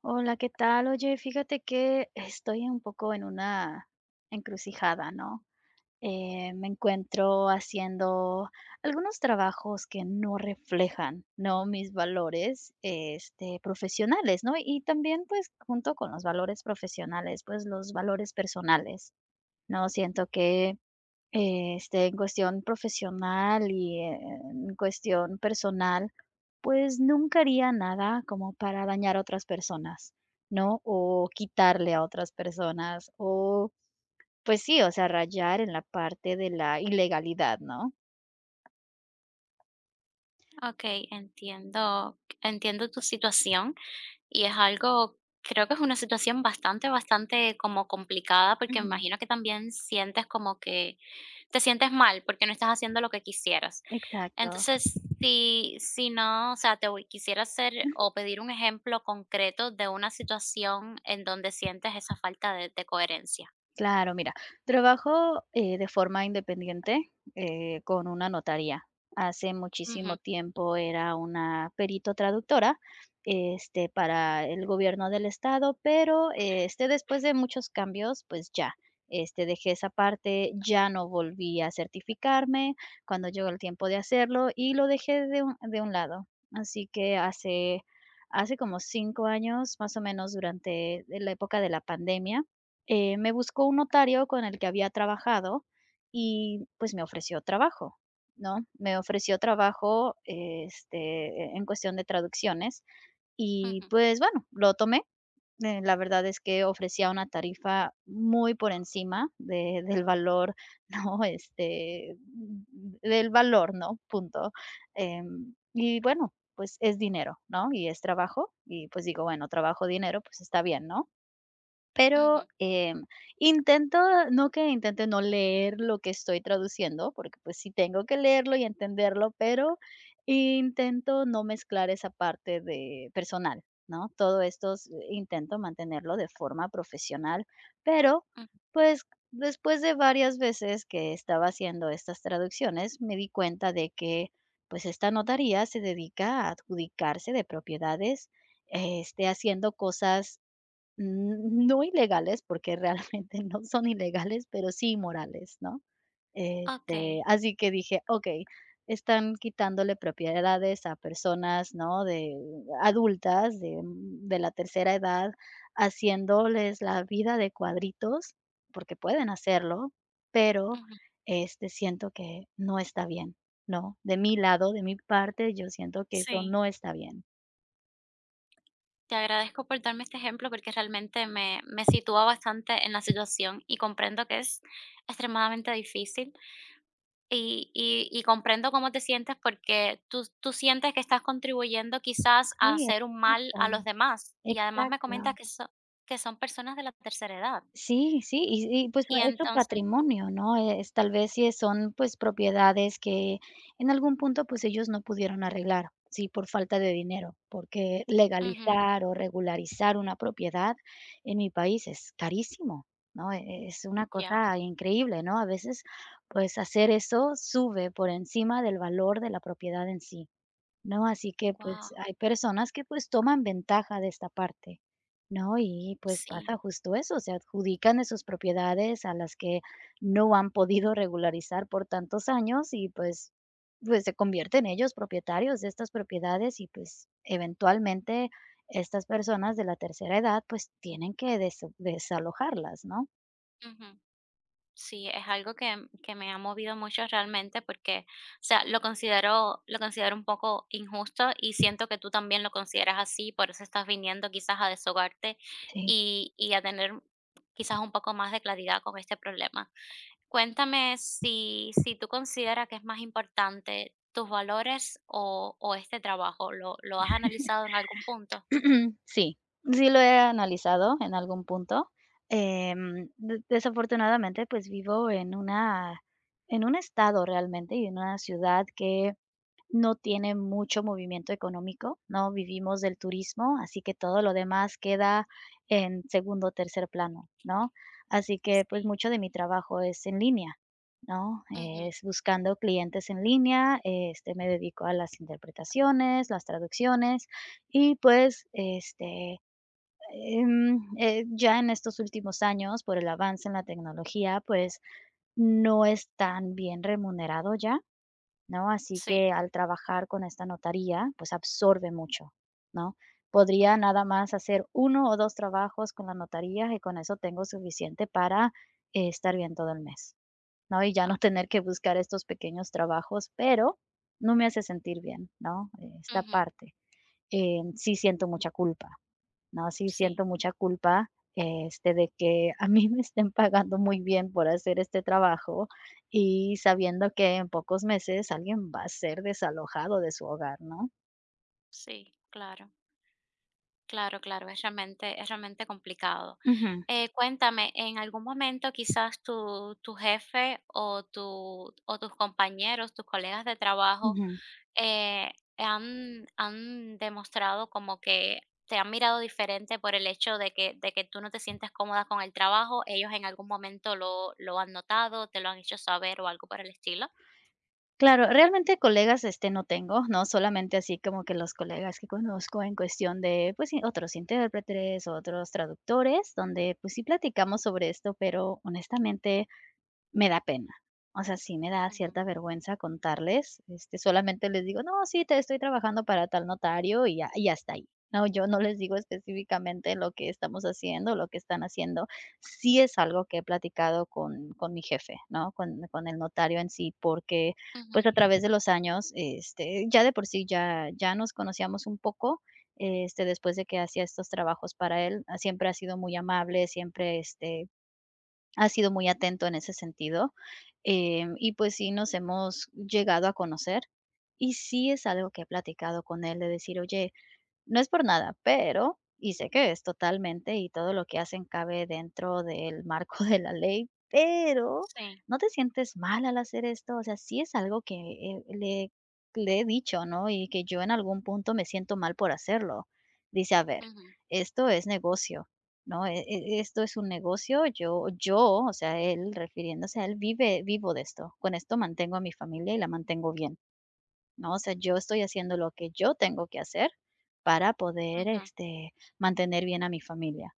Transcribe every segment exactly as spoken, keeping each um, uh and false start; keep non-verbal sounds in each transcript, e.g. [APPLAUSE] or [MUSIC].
Hola, ¿qué tal? Oye, fíjate que estoy un poco en una encrucijada, ¿no? Eh, me encuentro haciendo algunos trabajos que no reflejan, ¿no? Mis valores, este, profesionales, ¿no? Y también, pues, junto con los valores profesionales, pues, los valores personales, ¿no? Siento que este, en cuestión profesional y en cuestión personal, pues, nunca haría nada como para dañar a otras personas, ¿no? O quitarle a otras personas, o, pues sí, o sea, rayar en la parte de la ilegalidad, ¿no? Okey, entiendo entiendo tu situación, y es algo creo que es una situación bastante, bastante como complicada, porque me Ujú, imagino que también sientes como que te sientes mal, porque no estás haciendo lo que quisieras. exacto. Entonces, si si no, o sea, te voy quisiera hacer o pedir un ejemplo concreto de una situación en donde sientes esa falta de de coherencia. Claro, mira, trabajo, eh, de forma independiente, eh, con una notaría. Hace muchísimo Ujú, tiempo era una perito traductora, este, para el gobierno del estado, pero, eh, este, después de muchos cambios, pues ya, este, dejé esa parte, ya no volví a certificarme cuando llegó el tiempo de hacerlo y lo dejé de un de un lado. Así que hace hace como cinco años, más o menos durante la época de la pandemia, eh, me buscó un notario con el que había trabajado y, pues, me ofreció trabajo, ¿no? Me ofreció trabajo, este, en cuestión de traducciones y, ujú, pues, bueno, lo tomé. Eh, la verdad es que ofrecía una tarifa muy por encima de del valor, [LAUGHS] ¿no? Este, del valor, ¿no? Punto. Em, y bueno, pues, es dinero, ¿no? Y es trabajo y, pues, digo, bueno, trabajo, dinero, pues, está bien, ¿no? Pero, ujú, em, intento no que intente no leer lo que estoy traduciendo, porque, pues, sí tengo que leerlo y entenderlo, pero intento no mezclar esa parte de personal, ¿no? Todo esto s Intento mantenerlo de forma profesional, pero, ujú. pues, después de varias veces que estaba haciendo estas traducciones, me di cuenta de que, pues, esta notaría se dedica a adjudicarse de propiedades, este, haciendo cosas Mm, no ilegales, porque realmente [LAUGHS] no son ilegales, pero sí inmorales, ¿no? Este, Okey, Así que dije: "Okey, están quitándole propiedades a personas, ¿no?, de adultas, de de la tercera edad, haciéndoles la vida de cuadritos, porque pueden hacerlo, pero, ujú, este, siento que no está bien", ¿no? De mi lado, de mi parte, yo siento que eso sí. no está bien. Te agradezco por darme este ejemplo porque realmente me, me sitúa bastante en la situación y comprendo que es extremadamente difícil y, y- y comprendo cómo te sientes porque tú, tú sientes que estás contribuyendo quizás a Sí, hacer un mal a los exacto, demás y además me comentas exacto. que, so- que son personas de la tercera edad. Sí, sí, y y pues ah, Y es su entonces, patrimonio, ¿no? Eh, Es tal vez sí son, pues, propiedades que en algún punto, pues, ellos no pudieron arreglar, sí, por falta de dinero, porque ujú, legalizar o regularizar una propiedad en mi país es carísimo, ¿no? E es una ya, cosa increíble, ¿no? A veces, pues, hacer eso sube por encima del valor de la propiedad en sí. ¿No? Así que, wow, pues, hay personas que, pues, toman ventaja de esta parte, ¿no? Y, pues, sí. pasa justo eso, se adjudican de sus propiedades a las que no han podido regularizar por tantos años y, pues pues, se convierten ellos propietarios de estas propiedades y, pues, eventualmente estas personas de la tercera edad, pues, tienen que des desalojarlas, ¿no? Ujú. Sí, es algo que, que me ha movido mucho realmente porque, o sea, lo considero, lo considero un poco injusto y siento que tú también lo consideras así, por eso estás viniendo quizás a desahogarte Sí. y, y a tener quizás un poco más de claridad con este problema. Cuéntame si, si tú consideras que es más importante tus valores o, o este trabajo. ¿Lo, lo has analizado en algún punto? [CLEARS THROAT] Sí, sí lo he analizado en algún punto. Em, de desafortunadamente, pues, vivo en una en un estado realmente y en una ciudad que no tiene mucho movimiento económico, ¿no? Vivimos del turismo, así que todo lo demás queda en segundo o tercer plano, ¿no? Así que, pues, Sí. mucho de mi trabajo es en línea, ¿no? Ujú, Es buscando clientes en línea, este, me dedico a las interpretaciones, las traducciones y, pues, este, em, eh, ya en estos últimos años, por el avance en la tecnología, pues, no es tan bien remunerado ya, ¿no? Así sí, que al trabajar con esta notaría, pues absorbe mucho, ¿no? Podría claro. nada más hacer uno o dos trabajos con la notaría y con eso tengo suficiente para, eh, estar bien todo el mes, ¿no? Y ya no Ok. tener que buscar estos pequeños trabajos, pero no me hace sentir bien, ¿no? Eh, Esta Ujú, parte, eh, sí siento mucha culpa. No, sí, sí, siento mucha culpa, este, de que a mí [LAUGHS] me estén pagando muy bien por hacer este trabajo y sabiendo que en pocos meses alguien va a ser desalojado de su hogar, ¿no? sí, claro. Claro, claro, es realmente es realmente complicado. Ujú, Eh, cuéntame, ¿en algún momento quizás tu tu jefe o tu o tus compañeros, tus colegas de trabajo, ujú. eh, han han demostrado como que te han mirado diferente por el hecho de que de que tú no te sientes cómoda con el trabajo? ¿Ellos en algún momento lo lo han notado, te lo han hecho saber o algo por el estilo? Claro, realmente colegas, este, no tengo, ¿no? Solamente así como que los colegas que conozco en cuestión de, pues, sí, otros intérpretes, otros traductores, donde, pues, sí platicamos sobre esto, pero honestamente me da pena. O sea, sí me da Ujú, cierta vergüenza contarles, este, solamente les digo: "No, sí, te estoy trabajando para tal notario", y ya y hasta ahí. No, yo no les digo específicamente lo que estamos haciendo, lo que están haciendo. Sí es algo que he platicado con con mi jefe, ¿no? Con con el notario en sí, porque, pues, a ujú, través de los años, este, ya de por sí ya ya nos conocíamos un poco, este, después de que hacía estos trabajos para él, ah, siempre ha sido muy amable, siempre, este, ha sido muy atento en ese sentido, em, y pues sí nos hemos llegado a conocer, y sí es algo que he platicado con él de decir: "Oye, no es por nada, pero y sé que es totalmente y todo lo que hacen cabe dentro del marco de la ley, pero, sí, ¿no te sientes mal al hacer esto? O sea, sí es algo que, eh, le le he dicho, ¿no? Y que yo en algún punto me siento mal por hacerlo. Dice: "A ver, ujú, esto es negocio, ¿no? E e esto es un negocio, yo yo", o sea, él refiriéndose a él, "vive vivo de esto, con esto mantengo a mi familia y la mantengo bien". ¿No? O sea, yo estoy haciendo lo que yo tengo que hacer para poder, ujú, este, mantener bien a mi familia,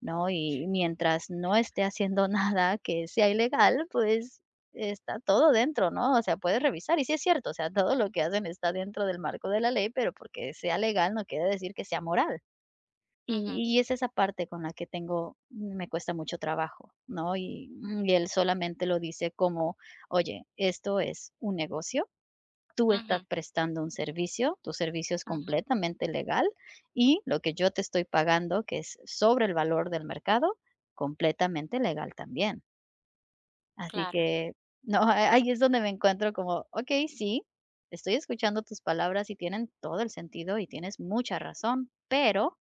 ¿no? Y mientras no esté haciendo [LAUGHS] nada que sea ilegal, pues está todo dentro, ¿no? O sea, puedes revisar. Y sí es cierto, o sea, todo lo que hacen está dentro del marco de la ley, pero porque sea legal no quiere decir que sea moral. ujú, Y, y es esa parte con la que tengo, me cuesta mucho trabajo, ¿no? Y, y él solamente lo dice como, oye, esto es un negocio, tú estás ujú, prestando un servicio, tu servicio es ujú, completamente legal y lo que yo te estoy pagando, que es sobre el valor del mercado, completamente legal también. Así claro, que, no, [LAUGHS] a- ahí es donde me encuentro como, ok, sí, estoy escuchando tus palabras y tienen todo el sentido y tienes mucha razón, pero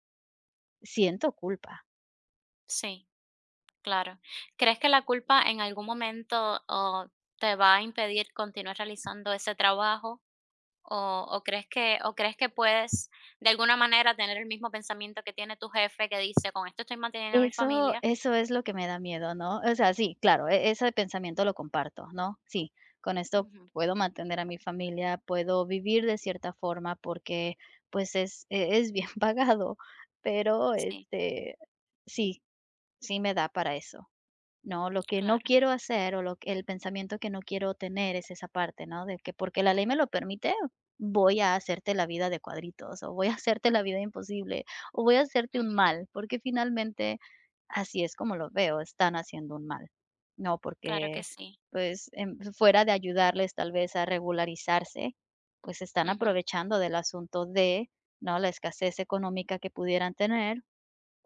siento culpa. sí. Claro. ¿Crees que la culpa en algún momento o te va a impedir continuar realizando ese trabajo? ¿O, o crees que, o crees que puedes de alguna manera tener el mismo pensamiento que tiene tu jefe que dice, con esto estoy manteniendo a mi Eso familia? eso es lo que me da miedo, ¿no? O sea, sí, claro, e ese pensamiento lo comparto, ¿no? Sí, con esto Ujú, puedo mantener a mi familia, puedo vivir de cierta forma porque, pues, es e es bien [LAUGHS] pagado, pero, sí, este, sí, sí me da para eso. No, lo que no claro. quiero hacer o lo que el pensamiento que no quiero tener es esa parte, ¿no? De que porque la ley me lo permite, voy a hacerte la vida de cuadritos, o voy a hacerte la vida imposible, o voy a hacerte un Ujú, mal, porque finalmente así es como lo veo, están haciendo un mal, ¿no? claro Porque que sí. pues em, fuera de ayudarles tal vez a regularizarse, pues se están Ujú, aprovechando del asunto de, ¿no? La escasez económica que pudieran tener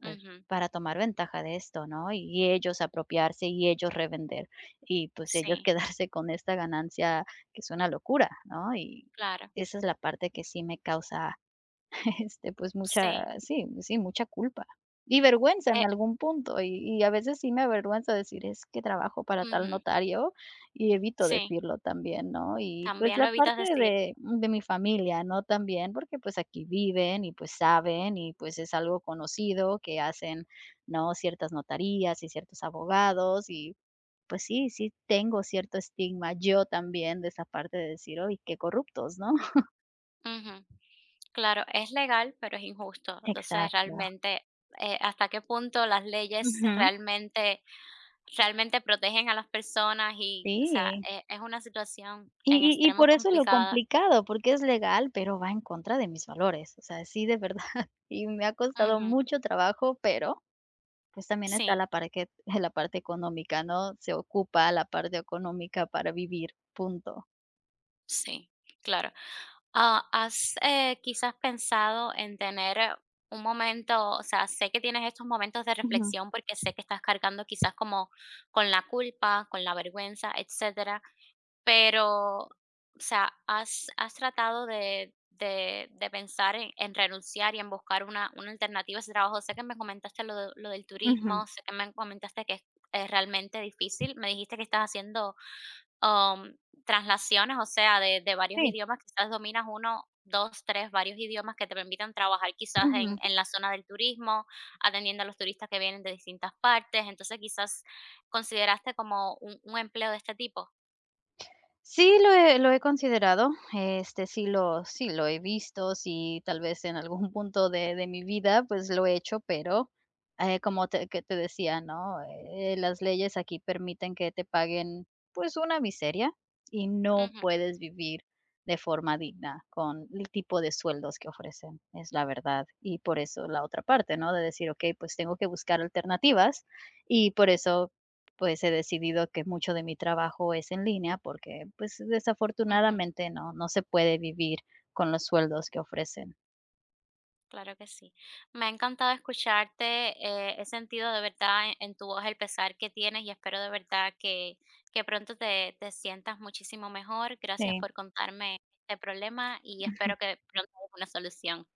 pues, ujú, para tomar ventaja de esto, ¿no? Y ellos apropiarse y ellos revender y pues ellos [LAUGHS] sí, quedarse con esta ganancia que es una locura, ¿no? Y claro. esa es la parte que sí me causa este, pues mucha Sí. sí, sí, mucha culpa y vergüenza en eh, algún punto, y y a veces sí me avergüenza decir: "Es que trabajo para tal Ujú, notario", y evito sí, decirlo también, ¿no? Y, pues, también la lo evitas parte decir. de de mi familia, ¿no? También, porque, pues, aquí viven y, pues, saben y, pues, es algo conocido que hacen, ¿no? Ciertas notarías y ciertos abogados y, pues, sí, sí tengo cierto estigma yo también de esa parte de decir: "Uy, qué corruptos", ¿no? [LAUGHS] Claro, es legal, pero es injusto. Entonces, Exacto. realmente, eh, ¿hasta qué punto las leyes Ujú. realmente, realmente protegen a las personas? Y, o sea, Sí. e- es una situación en Y y y extremo por eso lo complicada. complicado, porque es legal, pero va en contra de mis valores. O sea, sí, de verdad, [LAUGHS] y me ha costado Ujú, mucho trabajo, pero, pues, también está sí, la parte [LAUGHS] la parte económica, ¿no? Se ocupa la parte económica para vivir, punto. sí, claro. Ah, ¿has eh, quizás pensado en tener eh, un momento, o sea, sé que tienes estos momentos de Ujú, reflexión porque sé que estás cargando quizás como con la culpa, con la vergüenza, etcétera? Pero, o sea, ¿has has tratado de de de pensar en en renunciar y en buscar una una alternativa a ese trabajo? Sé que me comentaste lo de lo del ujú, turismo, sé que me comentaste que es es realmente difícil. Me dijiste que estás haciendo, am, translaciones, o sea, de de varios sí, idiomas, quizás dominas uno dos tres varios idiomas que te permitan trabajar quizás en ujú. en la zona del turismo, atendiendo a los turistas que vienen de distintas partes. Entonces, quizás, ¿consideraste como un un empleo de este tipo? Sí, lo he lo he considerado, este, sí lo sí lo he visto, sí, tal vez en algún [LAUGHS] punto de de mi vida, pues, lo he hecho, pero, eh, como te que te decía, ¿no? Eh, las leyes aquí permiten que te paguen, pues, una miseria, y no puedes vivir de forma digna con el tipo de sueldos que ofrecen, es la verdad. Y por eso la otra parte, ¿no? De decir: "Okey, pues, tengo que buscar alternativas", y por eso pues he decidido que mucho de mi trabajo es en línea porque, pues, Ujú, desafortunadamente no no se puede vivir con los sueldos que ofrecen. claro que sí. Me ha encantado escucharte. Eh, he sentido de verdad en, en tu voz el pesar que tienes y espero de verdad que, que pronto te, te sientas muchísimo mejor. Gracias Sí. por contarme este problema y espero que pronto haya una solución.